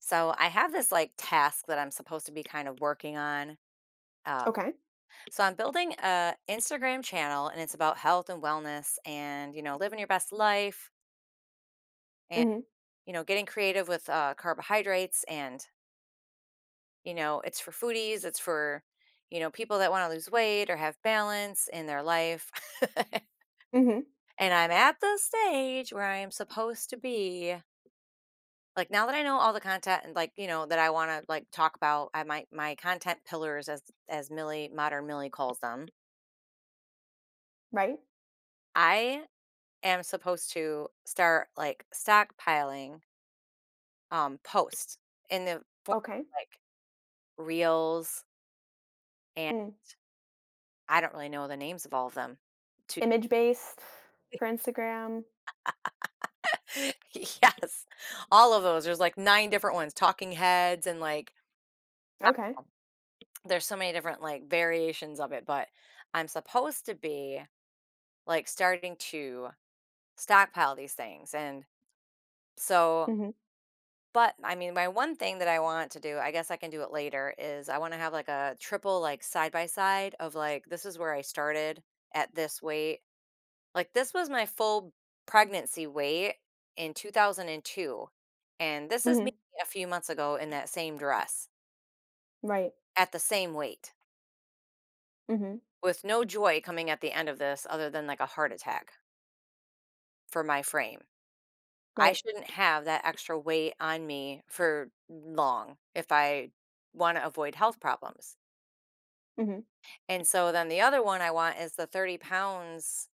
So I have this like task that I'm supposed to be kind of working on. Um, Okay. so I'm building a Instagram channel, and it's about health and wellness, and you know, living your best life, and Mhm. you know, getting creative with carbohydrates, and you know, it's for foodies, it's for you know, people that want to lose weight or have balance in their life. Mhm. And I'm at the stage where I am supposed to be like now that I know all the content and like, you know, that I want to like talk about I my my content pillars as Millie, modern Millie calls them. Right. I am supposed to start like stockpiling posts in the form Okay. of, like reels and Mm. I don't really know the names of all of them. To Image based for Instagram. yes. All of those. There's like nine different ones, talking heads and like I Okay. don't know. There's so many different like variations of it, but I'm supposed to be like starting to stockpile these things. And so, Mhm. but I mean, my one thing that I want to do, I guess I can do it later, is I want to have like a triple, like side by side of like, this is where I started at this weight. Like, this was my full pregnancy weight in 2002. And this is me Mhm. a few months ago in that same dress Right. at the same weight Mhm. with no joy coming at the end of this other than like a heart attack for my frame. I Right. shouldn't have that extra weight on me for long if I want to avoid health problems. Mhm. And so then the other one I want is the 30 pounds,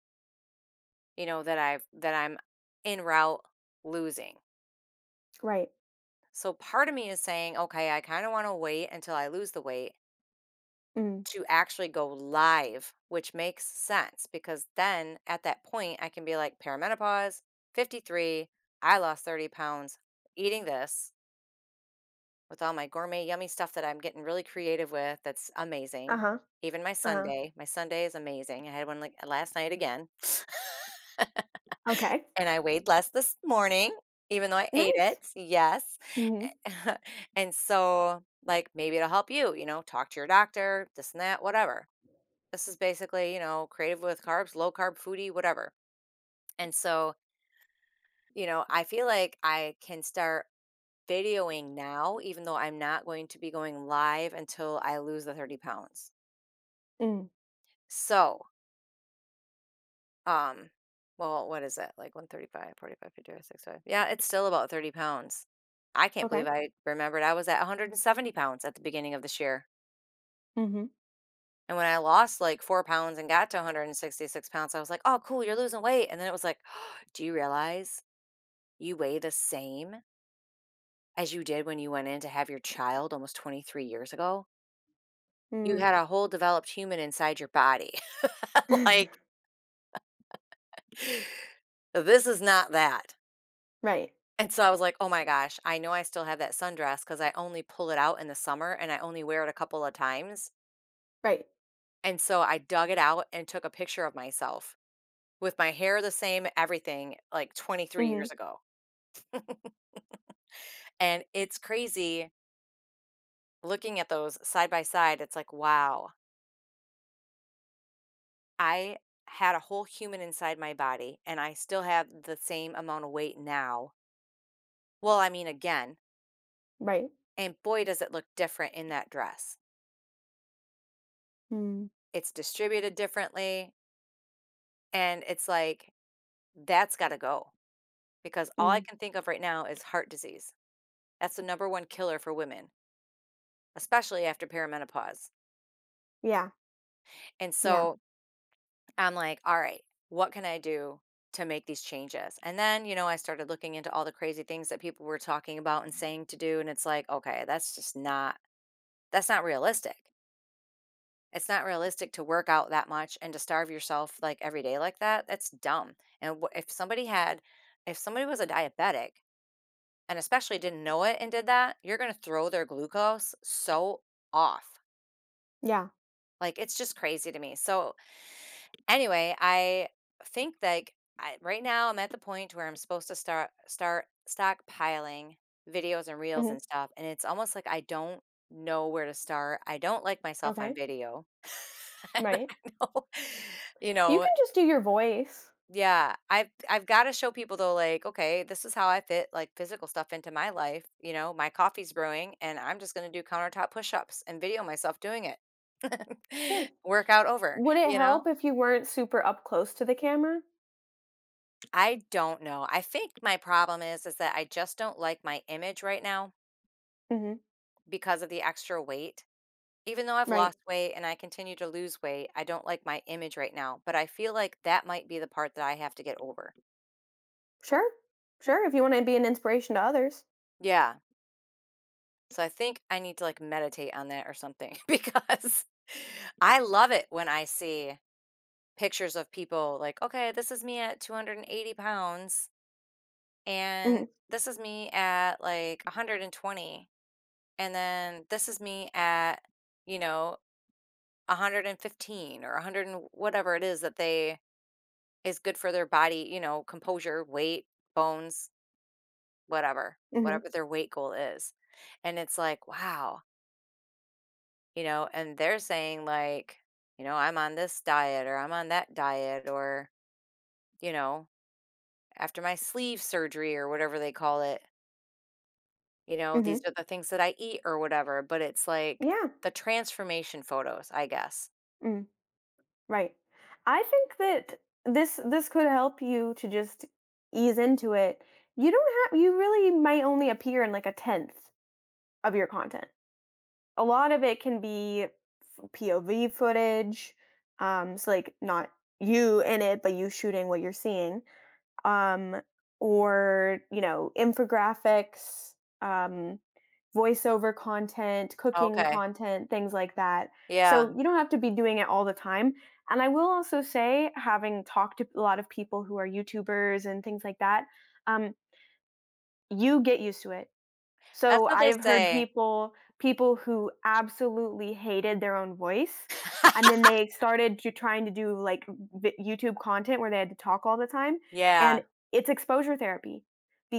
you know, that I'm in route losing. Right. So part of me is saying, okay, I kind of want to wait until I lose the weight Mm. to actually go live, which makes sense because then at that point I can be like perimenopause, 53, I lost 30 pounds eating this with all my gourmet yummy stuff that I'm getting really creative with that's Uh amazing. huh. Even my Uh huh. Sunday, my Sunday is amazing. I had one like last night again, Okay. and I weighed less this morning, even though I ate Nice. it. Yes. Mhm. And so, like, maybe it'll help you, you know, talk to your doctor, this and that, whatever. This is basically, you know, creative with carbs, low carb foodie, whatever. And so, you know, I feel like I can start videoing now, even though I'm not going to be going live until I lose the 30 pounds. Mm. So, um, well, what is it? Like 135, 45, 55, 65. Yeah, it's still about 30 pounds. I can't believe Okay. I remembered I was at 170 pounds at the beginning of this year. Mhm. And when I lost like 4 pounds and got to 166 pounds, I was like, oh, cool, you're losing weight. And then it was like, do you realize you weigh the same as you did when you went in to have your child almost 23 years ago? You Mm. had a whole developed human inside your body. Like, this is not that. right. And so I was like, "Oh my gosh, I know I still have that sundress because I only pull it out in the summer and I only wear it a couple of times." Right. And so I dug it out and took a picture of myself with my hair the same, everything, like 23 Mhm. years ago. And it's crazy looking at those side by side. It's like, wow, I had a whole human inside my body and I still have the same amount of weight now. Well, I mean, again, Right. and boy, does it look different in that dress. Mm. It's distributed differently. And it's like, that's gotta go, because all I Mm. can think of right now is heart disease. That's the number 1 killer for women, especially after perimenopause, Yeah. and Yeah. so, I'm like, "All right, what can I do to make these changes?" And then, you know, I started looking into all the crazy things that people were talking about and saying to do, and it's like, "Okay, that's just not that's not realistic." It's not realistic to work out that much and to starve yourself, like, every day like that, that's dumb, and wha if somebody had if somebody was a diabetic and especially didn't know it and did that, you're going to throw their glucose so off. Yeah. Like it's just crazy to me. So anyway, I think like I, right now I'm at the point where I'm supposed to start stockpiling videos and reels Mhm. and stuff, and it's almost like I don't know where to start. I don't like myself on Okay. video. I Right. don't know, you You know, can just do your voice. yeah, I've gotta show people though, like, okay, this is how I fit like physical stuff into my life. You know, my coffee's brewing and I'm just gonna do countertop push-ups and video myself doing it. Sure. Workout over, Would it you know? help if you weren't super up close to the camera? I don't know. I think my problem is that I just don't like my image right now Mhm. because of the extra weight. Even though I've Right. lost weight and I continue to lose weight, I don't like my image right now, but I feel like that might be the part that I have to get over. Sure. Sure. If you want to be an inspiration to others. Yeah. So I think I need to, like, meditate on that or something because I love it when I see pictures of people like, "Okay, this is me at 280 pounds, and Hmm. this is me at, like, 120, and then this is me at, you know, 115 or 100 and whatever it is that they is good for their body, you know, composure, weight, bones, whatever, Hmm. whatever their weight goal is." And it's like, "Wow." You know, and they're saying like, you know, I'm on this diet or I'm on that diet or, you know, after my sleeve surgery or whatever they call it, you know, Hmm. these are the things that I eat or whatever, but it's like Yeah. the transformation photos, I guess. Mm. Right. I think that this could help you to just ease into it. You don't have. You really might only appear in like a tenth of your content. A lot of it can be POV footage. So like not you in it, but you shooting what you're seeing. um, or you know infographics, um, voiceover content, cooking Okay. content, things like that, Yeah. so you don't have to be doing it all the time. And I will also say, having talked to a lot of people who are youtubers and things like that, um, you get used to it. That's So what I they have heard say. People who absolutely hated their own voice, and then they started to trying to do, like, vi YouTube content where they had to talk all the time, Yeah. and it's exposure therapy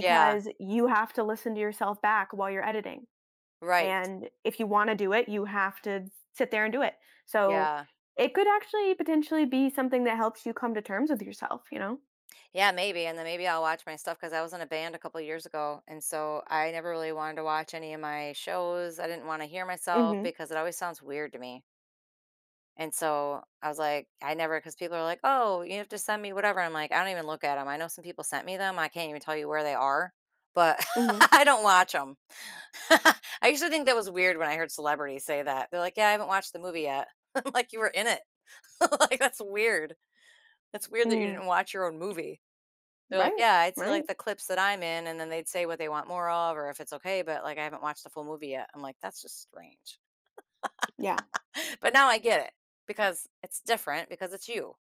Yeah. you have to listen to yourself back while you're editing, Right. and if you wanna do it, you have to sit there and do it. So Yeah. it could actually potentially be something that helps you come to terms with yourself, you know? Yeah, maybe. And then maybe I'll watch my stuff because I was in a band a couple years ago. And so I never really wanted to watch any of my shows. I didn't want to hear myself Mhm, because it always sounds weird to me. And so I was like, I never, because people are like, oh, you have to send me whatever. I'm like, I don't even look at them. I know some people sent me them. I can't even tell you where they are, but mhm, I don't watch them. I used to think that was weird when I heard celebrities say that. They're like, yeah, I haven't watched the movie yet. I'm like, you were in it. Like, that's weird. That's weird that you mm. didn't watch your own movie. They're like, Right, yeah, I'd see like right. the clips that I'm in, and then they'd say what they want more of or if it's okay, but like, I haven't watched the full movie yet. I'm like, that's just strange. Yeah, But now I get it because it's different because it's you.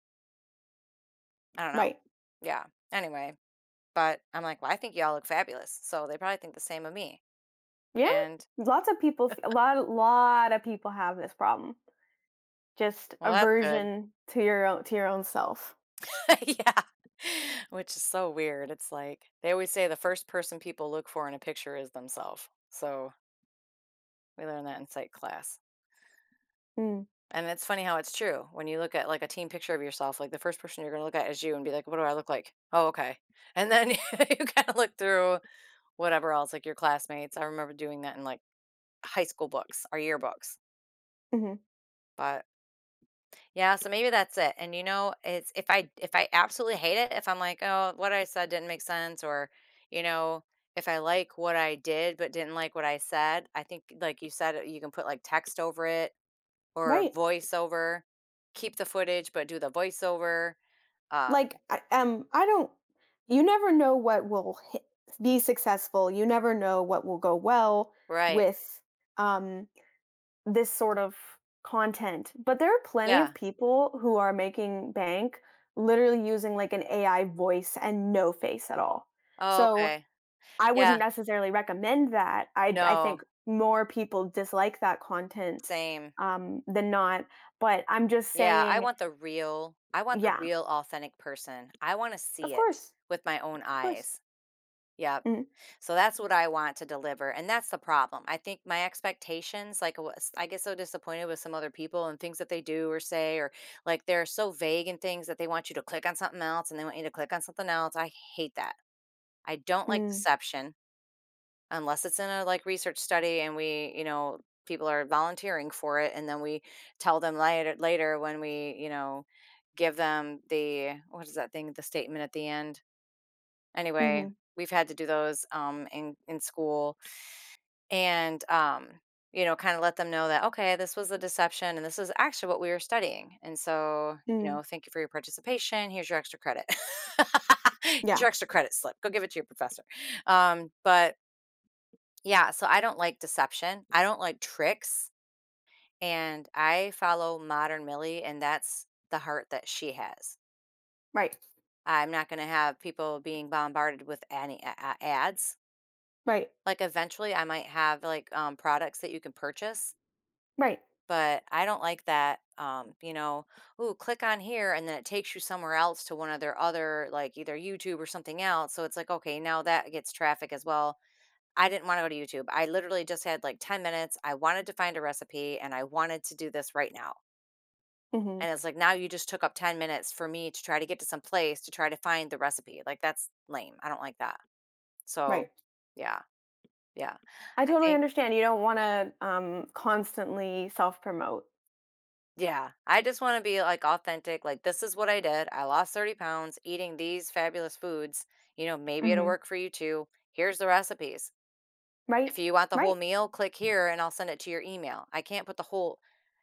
I don't know. right. Yeah. Anyway, but I'm like, well, I think y'all look fabulous. So they probably think the same of me. Yeah, And lots of people a lot of people have this problem. Just well, that's good. aversion to your own self. Yeah. Which is so weird. It's like they always say the first person people look for in a picture is themselves. So we learned that in psych class. Mm, And it's funny how it's true. When you look at like a team picture of yourself, like the first person you're going to look at is you and be like, what do I look like? Oh, okay. And then you kind of look through whatever else, like your classmates. I remember doing that in like high school books, our yearbooks. mhm, But yeah, so maybe that's it, and, you know, it's if I absolutely hate it, if I'm like, "Oh, what I said didn't make sense," or, you know, if I like what I did but didn't like what I said, I think, like you said, you can put, like, text over it or right. voiceover. Keep the footage, but do the voiceover. Um, Like I don't You never know what will hit, be successful. You never know what will go well right. with um this sort of content. But there are plenty of Yeah. people who are making bank literally using like an AI voice and no face at all. Oh, So okay. I wouldn't Yeah. necessarily recommend that. I No, think more people dislike that content, same. Than not, but I'm just Yeah, saying I want the yeah, real authentic person. I wanna of see it course, with my own of course. eyes. Yep. Mhm, So that's what I want to deliver, and that's the problem. I think my expectations, like, I get so disappointed with some other people and things that they do or say, or like they're so vague in things that they want you to click on something else and they want you to click on something else. I hate that. I don't mm, like mhm, deception unless it's in a like research study and we, you know, people are volunteering for it, and then we tell them later when we, you know, give them the what is that thing, the statement at the end. Anyway, mm. we've had to do those in school and you know kind of let them know that okay this was a deception and this is actually what we were studying and so Mm-hmm, you mm-hmm. know thank you for your participation here's your extra credit here's Yeah, your extra credit slip go give it to your professor. But yeah so I don't like deception I don't like tricks and I follow modern millie and that's the heart that she has. right, I'm not going to have people being bombarded with ads right, like eventually I might have like products that you can purchase. right, But I don't like that, you know, "Ooh, click on here," and then it takes you somewhere else to one of their other, like, either YouTube or something else, so it's like, "Okay, now that gets traffic as well." I didn't wanna go to YouTube. I literally just had, like, 10 minutes, I wanted to find a recipe, and I wanted to do this right now, mhm, and it's like, now you just took up 10 minutes for me to try to get to some place to try to find the recipe, like, that's lame, I don't like that. So, right. yeah, yeah. I I totally think understand, you don't wanna, constantly self-promote. Yeah, I just want to be like authentic. Like, this is what I did. I lost 30 pounds eating these fabulous foods. You know, maybe it'll Mhm. work for you too. Here's the recipes. Right, If you want the whole right, meal, click here and I'll send it to your email. I can't put the whole,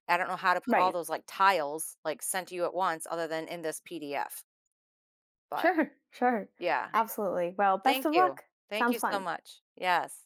I don't know how to put all right. those like tiles like sent to you at once other than in this PDF. But Sure, sure. yeah, Absolutely. Well, best thank of you. luck. Thank you Sounds so fun. much. Yes.